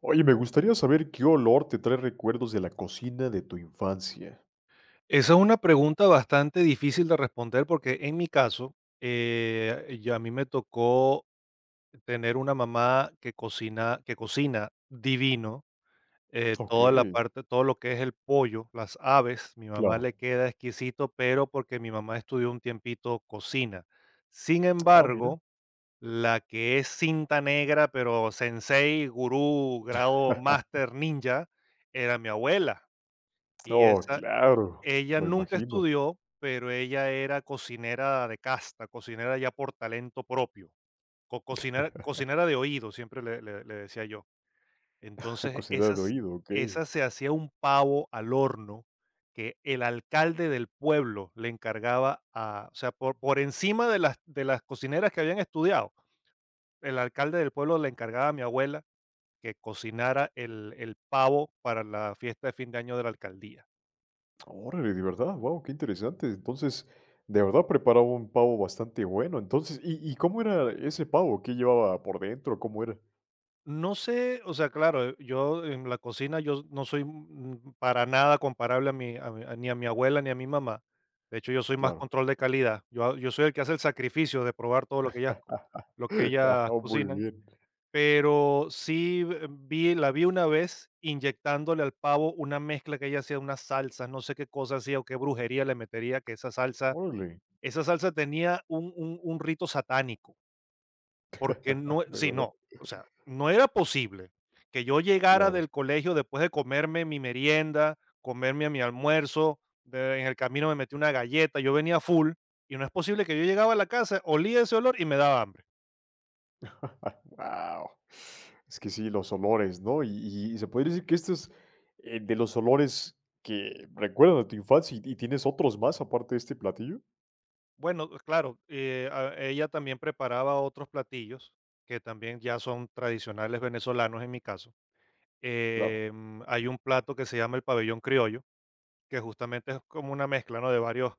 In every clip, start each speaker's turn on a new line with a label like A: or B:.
A: Oye, me gustaría saber qué olor te trae recuerdos de la cocina de tu infancia.
B: Esa es una pregunta bastante difícil de responder porque en mi caso, a mí me tocó tener una mamá que cocina divino, toda la
A: Okey,
B: parte, todo lo que es el pollo, las aves, mi mamá
A: claro.
B: le queda exquisito, pero porque mi mamá estudió un tiempito cocina. Sin
A: Ah, mira.
B: embargo, la que es cinta negra, pero sensei, gurú, grado master ninja, era mi abuela. Y
A: Oh,
B: esa,
A: claro,
B: ella
A: lo
B: nunca
A: imagino.
B: estudió, pero ella era cocinera de casta, cocinera ya por talento propio, co cocinera cocinera de oído, siempre le decía yo. Entonces,
A: Cocinera de oído, okey.
B: esa se hacía un pavo al horno que el alcalde del pueblo le encargaba a, o sea, por encima de las cocineras que habían estudiado, el alcalde del pueblo le encargaba a mi abuela que cocinara el pavo para la fiesta de fin de año de la alcaldía.
A: Órale, de verdad, wow, qué interesante. Entonces, de verdad preparaba un pavo bastante bueno. Entonces, ¿y cómo era ese pavo? ¿Qué llevaba por dentro? ¿Cómo era?
B: No sé, o sea, claro, yo en la cocina yo no soy para nada comparable a ni a mi abuela ni a mi mamá. De hecho, yo soy más
A: Claro.
B: control de calidad. Yo soy el que hace el sacrificio de probar todo lo que lo que
A: Ah,
B: ellas
A: muy
B: cocinan.
A: bien.
B: Pero sí vi, la vi una vez inyectándole al pavo una mezcla que ella hacía, unas salsas, no sé qué cosa hacía o qué brujería le metería, que
A: Órale.
B: esa salsa tenía un un rito satánico porque
A: De verdad,
B: o sea, no era posible que yo llegara
A: claro.
B: del colegio después de comerme mi merienda, comerme mi almuerzo, de en el camino me metí una galleta, yo venía full, y no es posible que yo llegaba a la casa, olía ese olor y me daba hambre.
A: Wow, es que sí, los olores, ¿no? Y se podría decir que este es, de los olores que recuerdan a tu infancia, ¿y tienes otros más aparte de este platillo?
B: Bueno, claro, ella también preparaba otros platillos que también ya son tradicionales venezolanos en mi caso.
A: Claro.
B: Hay un plato que se llama el pabellón criollo, que justamente es como una mezcla, ¿no?, de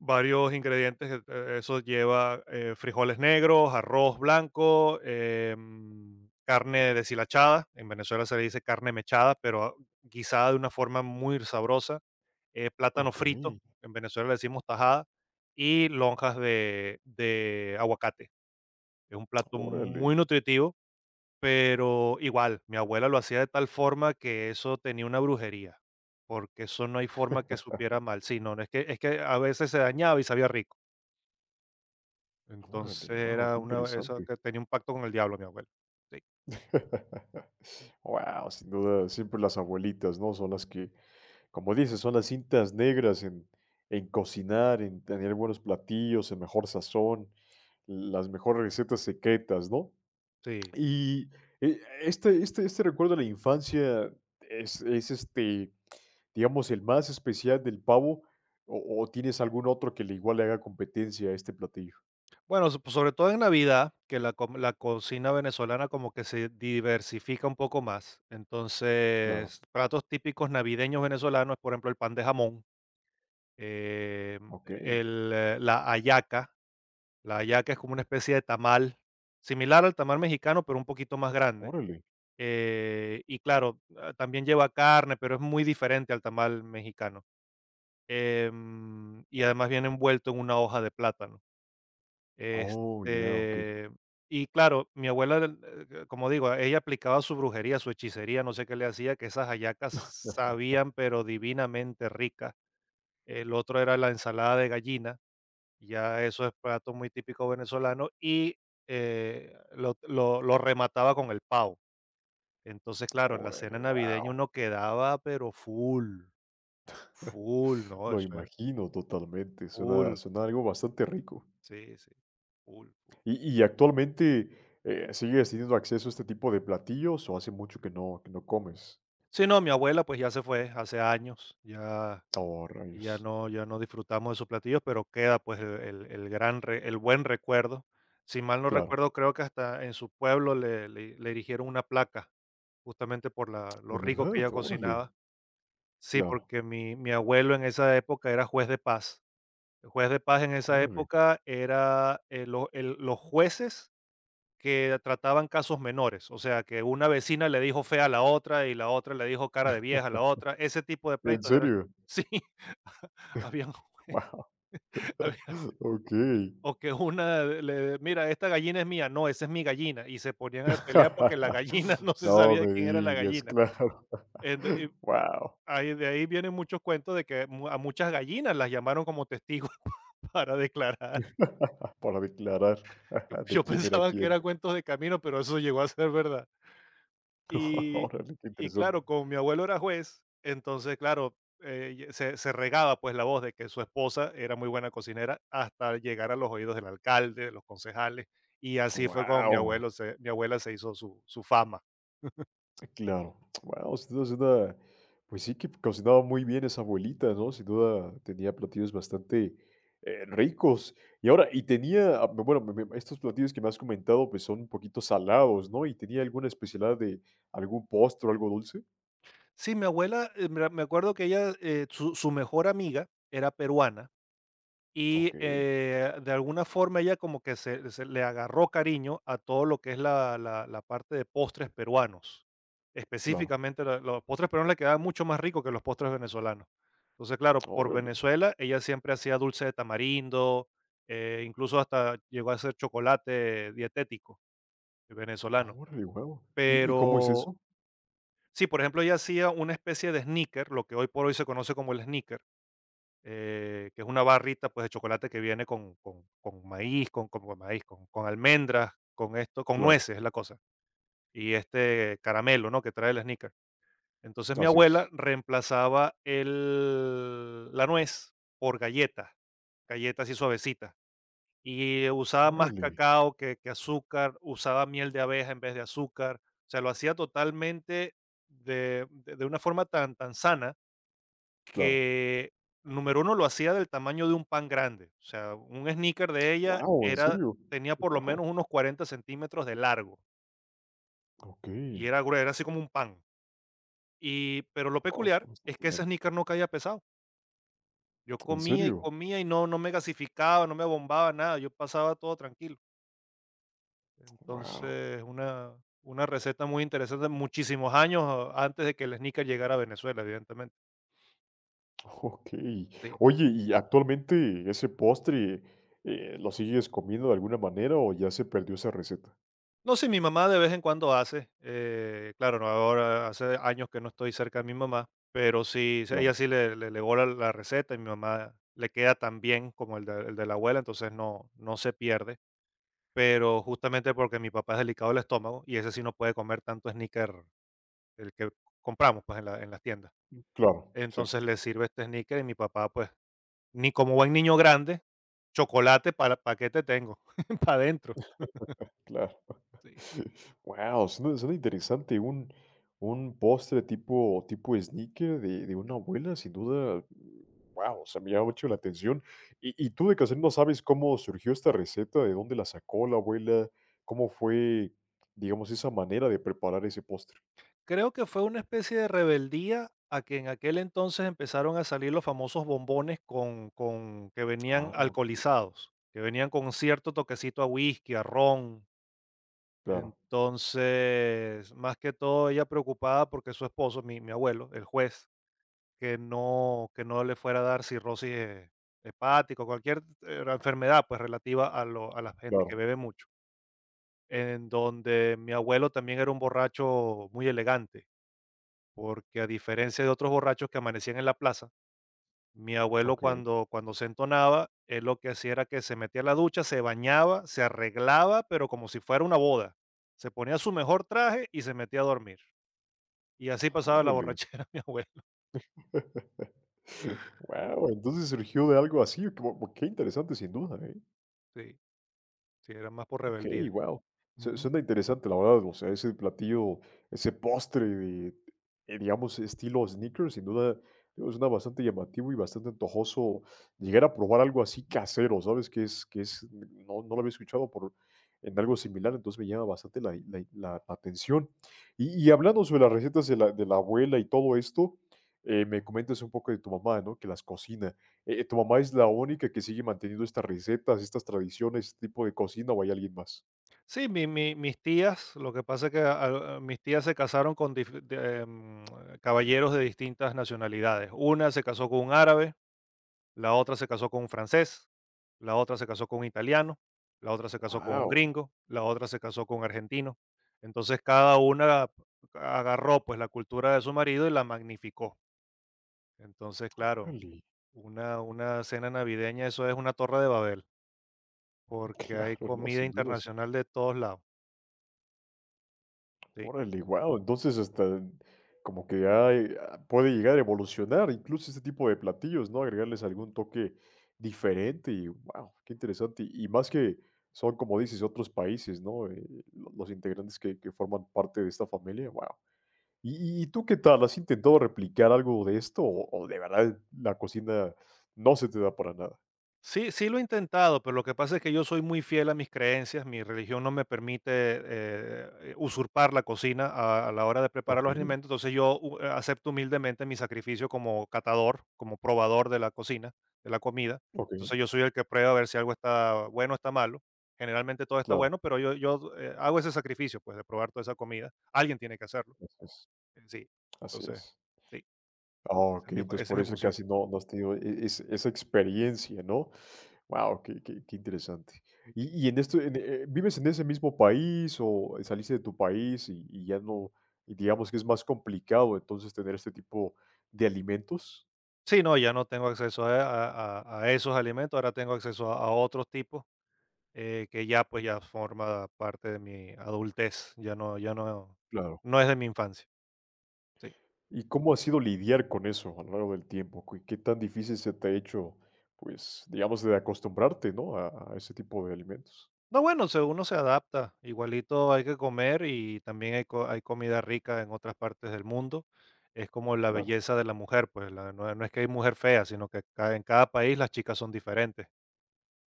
B: varios ingredientes, eso lleva, frijoles negros, arroz blanco, carne deshilachada, en Venezuela se le dice carne mechada, pero guisada de una forma muy sabrosa, plátano frito,
A: Okey,
B: en Venezuela le decimos tajada, y lonjas de aguacate. Es un plato
A: órale,
B: muy nutritivo, pero igual, mi abuela lo hacía de tal forma que eso tenía una brujería, porque eso no hay forma que supiera mal. Sí, no, no, es que a veces se dañaba y sabía rico. Entonces
A: órale, wow,
B: era
A: qué
B: una eso
A: interesante.
B: que tenía un pacto con el diablo, mi abuelo. Sí.
A: Wow, sin duda, siempre las abuelitas, ¿no? Son las que, como dices, son las cintas negras en cocinar, en tener buenos platillos, el mejor sazón, las mejores recetas secretas, ¿no?
B: Sí.
A: Y, este recuerdo de la infancia es, este, digamos, el más especial del pavo, ¿o tienes algún otro que le igual le haga competencia a este platillo?
B: Bueno, pues, sobre todo en Navidad, que la cocina venezolana como que se diversifica un poco más.
A: Claro,
B: Entonces, platos típicos navideños venezolanos, por ejemplo, el pan de jamón, em,
A: okey,
B: el la hallaca. La hallaca es como una especie de tamal, similar al tamal mexicano, pero un poquito más grande.
A: órale.
B: Y claro, también lleva carne, pero es muy diferente al tamal mexicano. Y además viene envuelto en una hoja de plátano.
A: Oh, yeah, okey.
B: Este, y claro, mi abuela, como digo, ella aplicaba su brujería, su hechicería, no sé qué le hacía, que esas hallacas sabían, pero divinamente ricas. El otro era la ensalada de gallina, ya eso es plato muy típico venezolano y, lo remataba con el pavo. Entonces, claro, en la cena
A: Órale,
B: navideña
A: wow.
B: uno quedaba, pero full, full, no,
A: Lo
B: eso era
A: imagino totalmente, suena
B: full,
A: suena algo bastante rico.
B: sí, sí, full, full.
A: ¿Y actualmente, sigues teniendo acceso a este tipo de platillos o hace mucho que no comes?
B: Sí, no, mi abuela, pues, ya se fue hace años, ya
A: Oh,
B: ya
A: rayos.
B: no ya no disfrutamos de sus platillos, pero queda, pues, el gran re el buen recuerdo. Si mal no
A: Claro.
B: recuerdo, creo que hasta en su pueblo le erigieron una placa, justamente por la
A: ¿De
B: lo rico que
A: verdad?
B: ella
A: Órale.
B: cocinaba. Sí,
A: Claro.
B: porque mi abuelo en esa época era juez de paz. El juez de paz en esa
A: Órale,
B: época era, lo el los jueces que trataban casos menores, o sea, que una vecina le dijo fea a la otra, y la otra le dijo cara de vieja a la otra, ese tipo de
A: ¿en
B: pleitos era.
A: serio?
B: Sí. habían
A: Wow.
B: Había
A: Okey.
B: o que una le mira, esta gallina es mía, no, esa es mi gallina, y se ponían a pelear porque la gallina, no se
A: No
B: sabía de
A: me
B: quién era la
A: digas,
B: gallina.
A: claro. Wow.
B: Ahí De ahí vienen muchos cuentos de que mu a muchas gallinas las llamaron como testigos para declarar.
A: Para declarar
B: Yo
A: de
B: yo
A: quién era
B: pensaba que
A: quién.
B: eran cuentos de camino, pero eso llegó a ser verdad. Y
A: Órale, qué
B: y
A: interesante.
B: claro, como mi abuelo era juez, entonces, claro, ye se se regaba, pues, la voz de que su esposa era muy buena cocinera hasta llegar a los oídos del alcalde, de los concejales, y así fue como
A: Wow.
B: mi abuela se hizo su fama.
A: Claro. Wow, sin duda suena, pues sí que cocinaba muy bien esa abuelita, ¿no? Sin duda tenía platillos bastante ricos. Y ahora, y tenía, ah, bueno, estos platillos que me has comentado, pues son un poquito salados, ¿no? Y tenía alguna especialidad de algún postre o algo dulce.
B: Sí, mi abuela, mira, me acuerdo que ella, su mejor amiga era peruana. Y,
A: Ok,
B: de alguna forma ella como que se le agarró cariño a todo lo que es la parte de postres peruanos.
A: claro.
B: Específicamente, la los postres peruanos le quedaban mucho más ricos que los postres venezolanos. Entonces, claro, por
A: Órale.
B: Venezuela, ella siempre hacía dulce de tamarindo, incluso hasta llegó a hacer chocolate dietético
A: Ah,
B: venezolano.
A: órale, wow. ¿Y, cómo es
B: Pero
A: eso?
B: sí, por ejemplo, ella hacía una especie de sneaker, lo que hoy por hoy se conoce como el sneaker, que es una barrita, pues, de chocolate que viene con maíz, con almendras, con esto, con
A: Claro,
B: nueces es la cosa, y este caramelo, ¿no?, que trae el Snickers. Entonces, mi
A: así
B: abuela
A: es.
B: reemplazaba el la nuez por galletas, galletas así suavecitas, y usaba más
A: Órale,
B: cacao que azúcar, usaba miel de abeja en vez de azúcar, o sea, lo hacía totalmente de una forma tan sana
A: claro.
B: que, número 1 lo hacía del tamaño de un pan grande. O sea, un sneaker de ella
A: Wow, ¿en
B: era
A: serio?
B: tenía por lo menos
A: Wow.
B: unos 40 centímetros de largo
A: Ok.
B: y era así como un pan. Y pero lo
A: Wow, sí,
B: peculiar es
A: bastante
B: que ese
A: bueno.
B: sneaker no caía pesado. Yo
A: ¿En
B: comía y
A: serio?
B: comía y no me gasificaba, no me bombaba nada, yo pasaba todo tranquilo.
A: Wow.
B: Entonces, una receta muy interesante, muchísimos años antes de que el sneaker llegara a Venezuela, evidentemente.
A: Okey.
B: Sí.
A: Oye, y actualmente ese postre, ¿lo sigues comiendo de alguna manera o ya se perdió esa receta?
B: No, sí, mi mamá de vez en cuando hace, claro, no, ahora hace años que no estoy cerca de mi mamá, pero sí, sí,
A: Claro,
B: ella sí le gola la receta y mi mamá le queda tan bien como el de la abuela, entonces no, no se pierde, pero justamente porque mi papá es delicado del estómago y ese sí no puede comer tanto sneaker, el que compramos pues en las tiendas.
A: claro, sí,
B: Entonces le sirve este sneaker y mi papá pues, ni como buen niño grande, paquete tengo, para adentro.
A: claro. Guau, suena suena interesante, un postre tipo tipo sneaker de una abuela, sin duda, wow, se me ha hecho la atención. Y tú de casualidad, ¿no sabes cómo surgió esta receta? ¿De dónde la sacó la abuela? ¿Cómo fue, digamos, esa manera de preparar ese postre?
B: Creo que fue una especie de rebeldía a que en aquel entonces empezaron a salir los famosos bombones con que venían
A: Ah, ok,
B: alcoholizados, que venían con cierto toquecito a whisky, a ron.
A: claro,
B: Entonces, más que todo, ella preocupada porque su esposo, mi abuelo, el juez, que no le fuera a dar cirrosis he hepática o cualquier, enfermedad, pues, relativa a lo a la gente que
A: claro,
B: bebe mucho, en donde mi abuelo también era un borracho muy elegante. Porque a diferencia de otros borrachos que amanecían en la plaza, mi abuelo
A: okey.
B: cuando se entonaba, él lo que hacía era que se metía a la ducha, se bañaba, se arreglaba, pero como si fuera una boda. Se ponía su mejor traje y se metía a dormir. Y así pasaba la
A: Órale.
B: borrachera, mi abuelo.
A: Guau, entonces surgió de algo así, como qué interesante sin duda, ¿eh?
B: Sí, sí, era más por
A: Ok,
B: rebeldía.
A: wow.
B: Ujú.
A: Suena interesante, la verdad. O sea, ese platillo, ese postre de, digamos, estilo sneakers, sin duda, digo, suena bastante llamativo y bastante antojoso llegar a probar algo así casero, ¿sabes? Que es, no, no lo había escuchado por, en algo similar, entonces me llama bastante la, la atención. Y hablando sobre las recetas de la abuela y todo esto, me comentas un poco de tu mamá, ¿no? Que las cocina. ¿Tu mamá es la única que sigue manteniendo estas recetas, estas tradiciones, este tipo de cocina, o hay alguien más?
B: Sí, mis tías, lo que pasa es que mis tías se casaron con caballeros de distintas nacionalidades. Una se casó con un árabe, la otra se casó con un francés, la otra se casó con un italiano, la otra se casó con un
A: Guau,
B: gringo, la otra se casó con un argentino. Entonces cada una agarró pues la cultura de su marido y la magnificó. Entonces, claro,
A: órale,
B: una cena navideña, eso es una torre de Babel, porque hay
A: claro, no,
B: comida
A: sin duda, sí.
B: internacional de todos lados. ¿Sí?
A: Órale, guau, entonces hasta como que hay, ah, puede llegar a evolucionar incluso este tipo de platillos, ¿no? Agregarles algún toque diferente y wow, qué interesante. Y más que son, como dices, otros países, ¿no? Los integrantes que forman parte de esta familia, wow. ¿Y tú qué tal? ¿Has intentado replicar algo de esto o de verdad la cocina no se te da para nada?
B: Sí, sí lo he intentado, pero lo que pasa es que yo soy muy fiel a mis creencias, mi religión no me permite usurpar la cocina a la hora de preparar los
A: Okey,
B: alimentos, entonces acepto humildemente mi sacrificio como catador, como probador de la cocina, de la comida,
A: okey.
B: entonces yo soy el que prueba a ver si algo está bueno o está malo, generalmente todo está
A: Claro,
B: bueno, pero yo hago ese sacrificio, pues, de probar toda esa comida, alguien tiene que hacerlo,
A: así es,
B: sí,
A: así
B: entonces,
A: es.
B: sí,
A: Ah, okey,
B: esa
A: entonces
B: es
A: por
B: mi
A: eso
B: función. Sí.
A: casi no has tenido es esa experiencia, ¿no? Wow, qué interesante. Y en esto, en, ¿vives en ese mismo país o saliste de tu país y ya no, y digamos que es más complicado entonces tener este tipo de alimentos?
B: Sí, no, ya no tengo acceso a esos alimentos, ahora tengo acceso a otros tipos que ya pues ya forma parte de mi adultez, ya no,
A: Claro.
B: no es de mi infancia. Sí.
A: ¿Y cómo ha sido lidiar con eso a lo largo del tiempo? ¿Qué tan difícil se te ha hecho, pues, digamos, de acostumbrarte, ¿no? A ese tipo de alimentos.
B: No, bueno, uno se adapta, igualito hay que comer y también hay comida rica en otras partes del mundo. Es como la
A: Claro,
B: belleza de la mujer, pues no, no es que hay mujer fea, sino que en cada país las chicas son diferentes.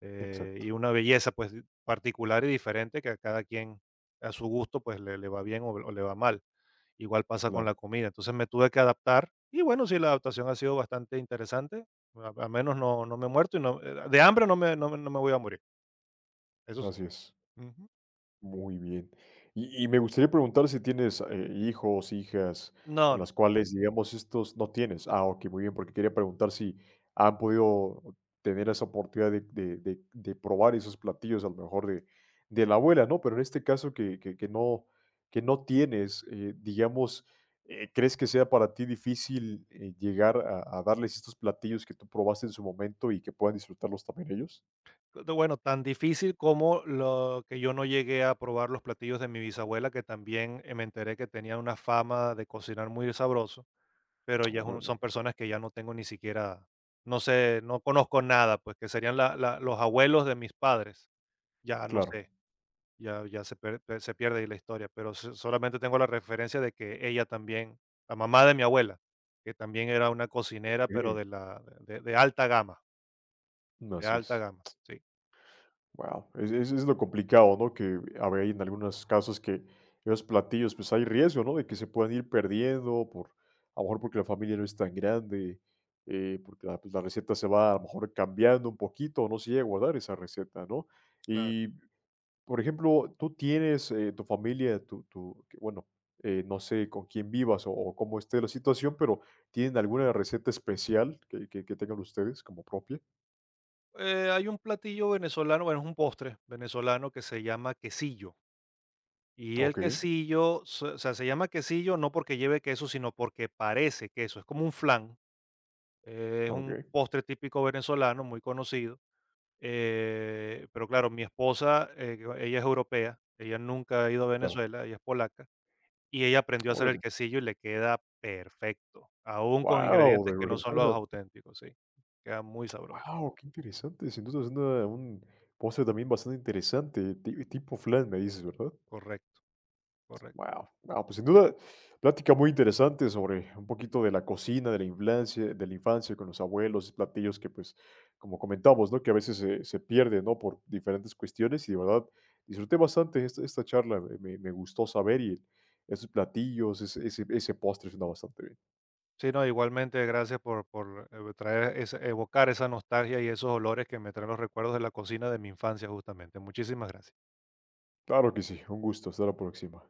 B: Y
A: exacto,
B: una belleza, pues, particular y diferente que a cada quien, a su gusto, pues, le va bien o le va mal. Igual pasa con la
A: claro,
B: comida. Entonces, me tuve que adaptar y bueno, sí, la adaptación ha sido bastante interesante. A al menos no me he muerto y no de hambre no me voy a morir, eso sí.
A: así es.
B: Ujú.
A: Muy bien. Y me gustaría preguntar si tienes, hijos, hijas,
B: No,
A: con
B: no.
A: las cuales, digamos, estos no tienes. Ah, ok, muy bien, porque quería preguntar si han podido tener esa oportunidad de probar esos platillos, a lo mejor de la abuela, ¿no? Pero en este caso que no tienes, digamos, ¿crees que sea para ti difícil, llegar a darles estos platillos que tú probaste en su momento y que puedan disfrutarlos también ellos?
B: Bueno, tan difícil como lo que yo no llegué a probar los platillos de mi bisabuela, que también, me enteré que tenía una fama de cocinar muy sabroso. Pero ya son
A: Órale,
B: personas que ya no tengo ni siquiera, no sé, no conozco nada, pues que serían los abuelos de mis padres. Ya no
A: claro.
B: sé, se pierde ahí la historia, pero solamente tengo la referencia de que ella también, la mamá de mi abuela, que también era una cocinera, pero
A: Sí, mm,
B: de
A: así
B: alta
A: es.
B: gama, sí,
A: Wow, es lo complicado, ¿no? Que a ver, hay en algunos casos que esos platillos, pues, hay riesgo, ¿no? De que se puedan ir perdiendo por a lo mejor porque la familia no es tan grande, porque la, pues, la receta se va a lo mejor cambiando un poquito, no se llega a guardar esa receta, ¿no?
B: claro.
A: Y, por ejemplo, tú tienes, tu familia, tu tu que bueno, no sé con quién vivas o cómo esté la situación, pero, ¿tienen alguna receta especial que tengan ustedes como propia?
B: Hay un platillo venezolano, bueno, es un postre venezolano que se llama quesillo. Y el
A: Okey,
B: quesillo, o sea, se llama quesillo no porque lleve queso, sino porque parece queso. Es como un flan, es un
A: okey,
B: postre típico venezolano, muy conocido. Eh, pero claro, mi esposa, ella es europea, ella nunca ha ido a
A: claro.
B: Venezuela, ella es polaca, y ella aprendió a hacer el
A: Órale.
B: quesillo y le queda perfecto, aún con
A: Wow,
B: ingredientes
A: de
B: que no son los
A: verdad.
B: auténticos, sí. Queda muy sabroso,
A: Wow, qué interesante. Sin duda es una un postre también bastante interesante, ti tipo flan, me dices, ¿verdad?
B: correcto, correcto.
A: Wow. Guau, pues, sin duda, plática muy interesante sobre un poquito de la cocina, de la infancia con los abuelos, platillos que, pues, como comentamos, ¿no? Que a veces se pierde, ¿no? Por diferentes cuestiones y de verdad disfruté bastante esta esta charla, me gustó saber y esos platillos, ese postre suena bastante bien.
B: Sí, no, igualmente, gracias por, traer evocar esa nostalgia y esos olores que me traen los recuerdos de la cocina de mi infancia, justamente. Muchísimas gracias.
A: Claro que sí, un gusto, hasta la próxima.